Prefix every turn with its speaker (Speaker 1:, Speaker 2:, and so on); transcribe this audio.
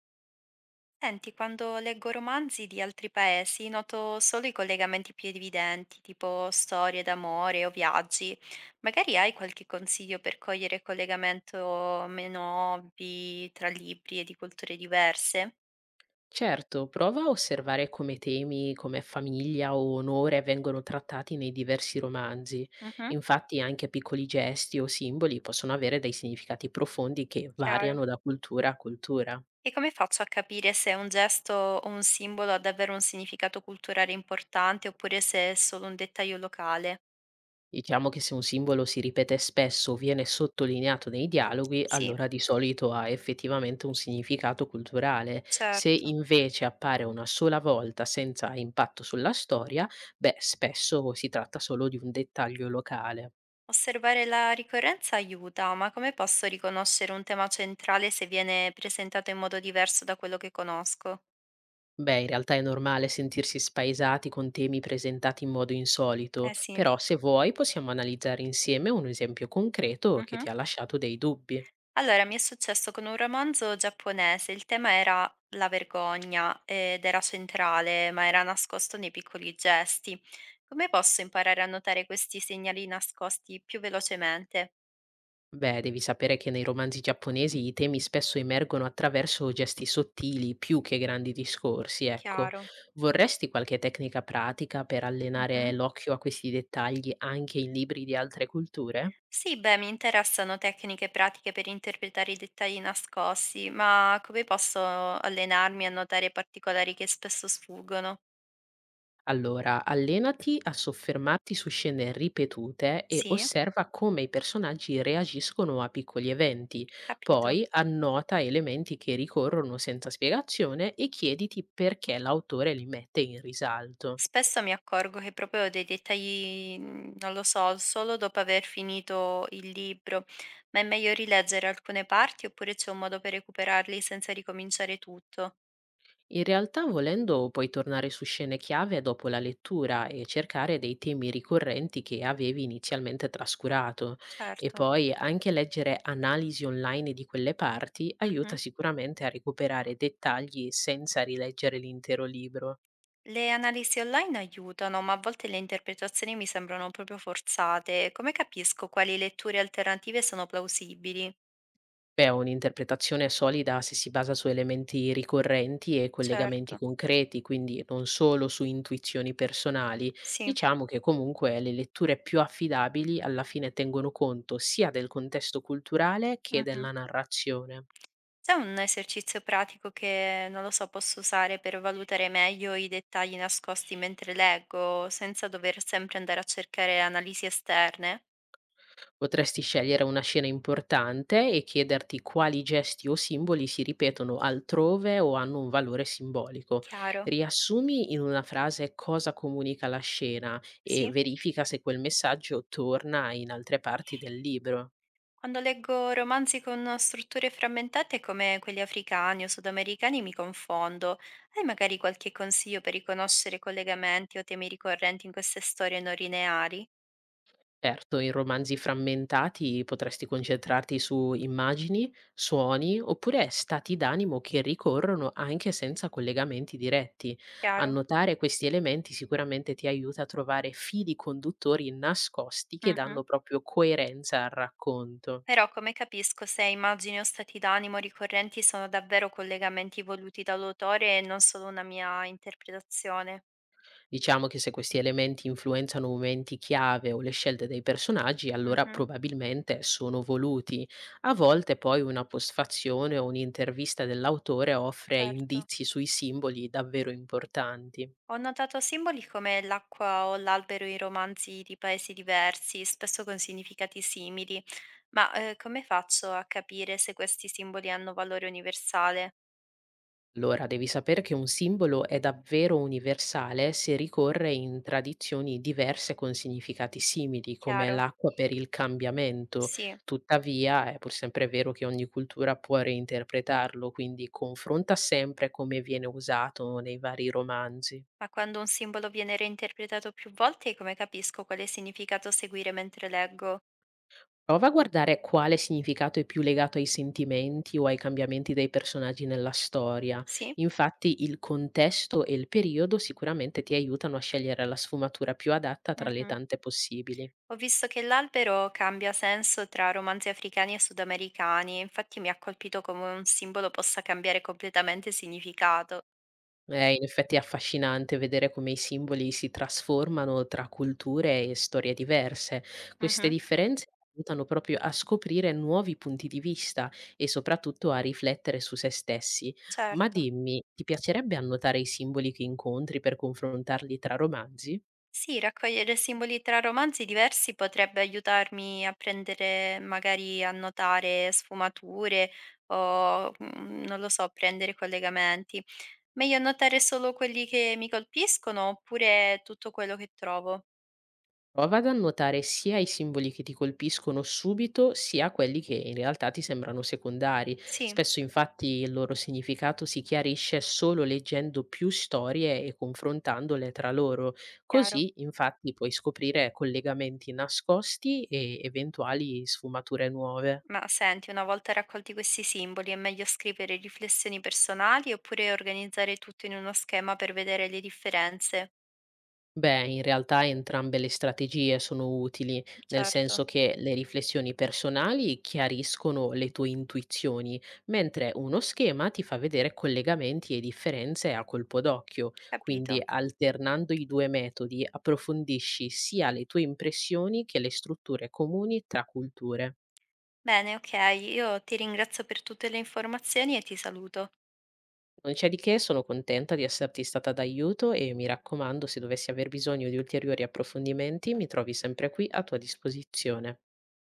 Speaker 1: Senti, quando leggo romanzi di altri paesi noto solo i collegamenti più evidenti, tipo storie d'amore o viaggi. Magari hai qualche consiglio per cogliere collegamento meno ovvi tra libri e di culture diverse?
Speaker 2: Certo, prova a osservare come temi come famiglia o onore vengono trattati nei diversi romanzi.
Speaker 1: Mhm,
Speaker 2: Infatti anche piccoli gesti o simboli possono avere dei significati profondi che
Speaker 1: chiaro.
Speaker 2: variano da cultura a cultura.
Speaker 1: E come faccio a capire se un gesto o un simbolo ha davvero un significato culturale importante oppure se è solo un dettaglio locale?
Speaker 2: Diciamo che se un simbolo si ripete spesso o viene sottolineato nei dialoghi,
Speaker 1: Sì,
Speaker 2: allora di solito ha effettivamente un significato culturale. Se
Speaker 1: certo.
Speaker 2: invece appare una sola volta senza impatto sulla storia, beh, spesso si tratta solo di un dettaglio locale.
Speaker 1: Osservare la ricorrenza aiuta, ma come posso riconoscere un tema centrale se viene presentato in modo diverso da quello che conosco?
Speaker 2: Beh, in realtà è normale sentirsi spaesati con temi presentati in modo insolito,
Speaker 1: Eh sì.
Speaker 2: però se vuoi possiamo analizzare insieme un esempio concreto che
Speaker 1: Mhm.
Speaker 2: ti ha lasciato dei dubbi.
Speaker 1: Allora, mi è successo con un romanzo giapponese, il tema era la vergogna ed era centrale, ma era nascosto nei piccoli gesti. Come posso imparare a notare questi segnali nascosti più velocemente?
Speaker 2: Beh, devi sapere che nei romanzi giapponesi i temi spesso emergono attraverso gesti sottili più che grandi discorsi, ecco.
Speaker 1: Chiaro.
Speaker 2: Vorresti qualche tecnica pratica per allenare
Speaker 1: Mhm.
Speaker 2: l'occhio a questi dettagli anche in libri di altre culture?
Speaker 1: Sì, beh, mi interessano tecniche pratiche per interpretare i dettagli nascosti, ma come posso allenarmi a notare particolari che spesso sfuggono?
Speaker 2: Allora, allenati a soffermarti su scene ripetute e
Speaker 1: Sì,
Speaker 2: osserva come i personaggi reagiscono a piccoli eventi.
Speaker 1: capito.
Speaker 2: Poi annota elementi che ricorrono senza spiegazione e chiediti perché l'autore li mette in risalto.
Speaker 1: Spesso mi accorgo che proprio dei dettagli non lo so, solo dopo aver finito il libro, ma è meglio rileggere alcune parti oppure c'è un modo per recuperarli senza ricominciare tutto?
Speaker 2: In realtà, volendo, puoi tornare su scene chiave dopo la lettura e cercare dei temi ricorrenti che avevi inizialmente trascurato. E
Speaker 1: Certo.
Speaker 2: poi anche leggere analisi online di quelle parti aiuta
Speaker 1: Mhm.
Speaker 2: sicuramente a recuperare dettagli senza rileggere l'intero libro.
Speaker 1: Le analisi online aiutano, ma a volte le interpretazioni mi sembrano proprio forzate. Come capisco quali letture alternative sono plausibili?
Speaker 2: Beh, un'interpretazione solida se si basa su elementi ricorrenti e
Speaker 1: Certo,
Speaker 2: collegamenti concreti, quindi non solo su intuizioni personali.
Speaker 1: sì.
Speaker 2: Diciamo che comunque le letture più affidabili alla fine tengono conto sia del contesto culturale che
Speaker 1: Mhm.
Speaker 2: della narrazione.
Speaker 1: C'è un esercizio pratico che, non lo so, posso usare per valutare meglio i dettagli nascosti mentre leggo, senza dover sempre andare a cercare analisi esterne?
Speaker 2: Potresti scegliere una scena importante e chiederti quali gesti o simboli si ripetono altrove o hanno un valore simbolico.
Speaker 1: Chiaro,
Speaker 2: Riassumi in una frase cosa comunica la scena e
Speaker 1: sì.
Speaker 2: verifica se quel messaggio torna in altre parti del libro.
Speaker 1: Quando leggo romanzi con strutture frammentate come quelli africani o sudamericani mi confondo. Hai magari qualche consiglio per riconoscere collegamenti o temi ricorrenti in queste storie non lineari?
Speaker 2: Certo, in romanzi frammentati potresti concentrarti su immagini, suoni oppure stati d'animo che ricorrono anche senza collegamenti diretti.
Speaker 1: Chiaro?
Speaker 2: Annotare questi elementi sicuramente ti aiuta a trovare fili conduttori nascosti che
Speaker 1: Mhm.
Speaker 2: danno proprio coerenza al racconto.
Speaker 1: Però come capisco se immagini o stati d'animo ricorrenti sono davvero collegamenti voluti dall'autore e non solo una mia interpretazione?
Speaker 2: Diciamo che se questi elementi influenzano momenti chiave o le scelte dei personaggi, allora
Speaker 1: Mhm,
Speaker 2: probabilmente sono voluti. A volte poi una postfazione o un'intervista dell'autore offre
Speaker 1: certo.
Speaker 2: indizi sui simboli davvero importanti.
Speaker 1: Ho notato simboli come l'acqua o l'albero in romanzi di paesi diversi, spesso con significati simili, ma come faccio a capire se questi simboli hanno valore universale?
Speaker 2: Allora, devi sapere che un simbolo è davvero universale se ricorre in tradizioni diverse con significati simili, come
Speaker 1: Chiaro?
Speaker 2: l'acqua per il cambiamento.
Speaker 1: Sì,
Speaker 2: Tuttavia, è pur sempre vero che ogni cultura può reinterpretarlo, quindi confronta sempre come viene usato nei vari romanzi.
Speaker 1: ma quando un simbolo viene reinterpretato più volte, come capisco quale significato seguire mentre leggo?
Speaker 2: Prova a guardare quale significato è più legato ai sentimenti o ai cambiamenti dei personaggi nella storia.
Speaker 1: Sì?
Speaker 2: Infatti il contesto e il periodo sicuramente ti aiutano a scegliere la sfumatura più adatta tra le
Speaker 1: Mhm.
Speaker 2: tante possibili.
Speaker 1: Ho visto che l'albero cambia senso tra romanzi africani e sudamericani, infatti mi ha colpito come un simbolo possa cambiare completamente significato.
Speaker 2: In effetti è affascinante vedere come i simboli si trasformano tra culture e storie diverse. Queste
Speaker 1: Mhm,
Speaker 2: differenze aiutano proprio a scoprire nuovi punti di vista e soprattutto a riflettere su se stessi. Ma
Speaker 1: certo.
Speaker 2: dimmi, ti piacerebbe annotare i simboli che incontri per confrontarli tra romanzi?
Speaker 1: Sì, raccogliere simboli tra romanzi diversi potrebbe aiutarmi a prendere magari a notare sfumature o, non lo so, prendere collegamenti. Meglio annotare solo quelli che mi colpiscono oppure tutto quello che trovo?
Speaker 2: Prova ad annotare sia i simboli che ti colpiscono subito, sia quelli che in realtà ti sembrano secondari.
Speaker 1: Sì,
Speaker 2: Spesso infatti il loro significato si chiarisce solo leggendo più storie e confrontandole tra loro.
Speaker 1: chiaro.
Speaker 2: Così infatti puoi scoprire collegamenti nascosti e eventuali sfumature nuove.
Speaker 1: Ma senti, una volta raccolti questi simboli, è meglio scrivere riflessioni personali oppure organizzare tutto in uno schema per vedere le differenze?
Speaker 2: Beh, in realtà entrambe le strategie sono utili, nel
Speaker 1: Certo,
Speaker 2: senso che le riflessioni personali chiariscono le tue intuizioni, mentre uno schema ti fa vedere collegamenti e differenze a colpo d'occhio. Quindi,
Speaker 1: capito.
Speaker 2: alternando i due metodi, approfondisci sia le tue impressioni che le strutture comuni tra culture.
Speaker 1: Bene, okay, io ti ringrazio per tutte le informazioni e ti saluto.
Speaker 2: Non c'è di che, sono contenta di esserti stata d'aiuto e mi raccomando, se dovessi aver bisogno di ulteriori approfondimenti, mi trovi sempre qui a tua disposizione.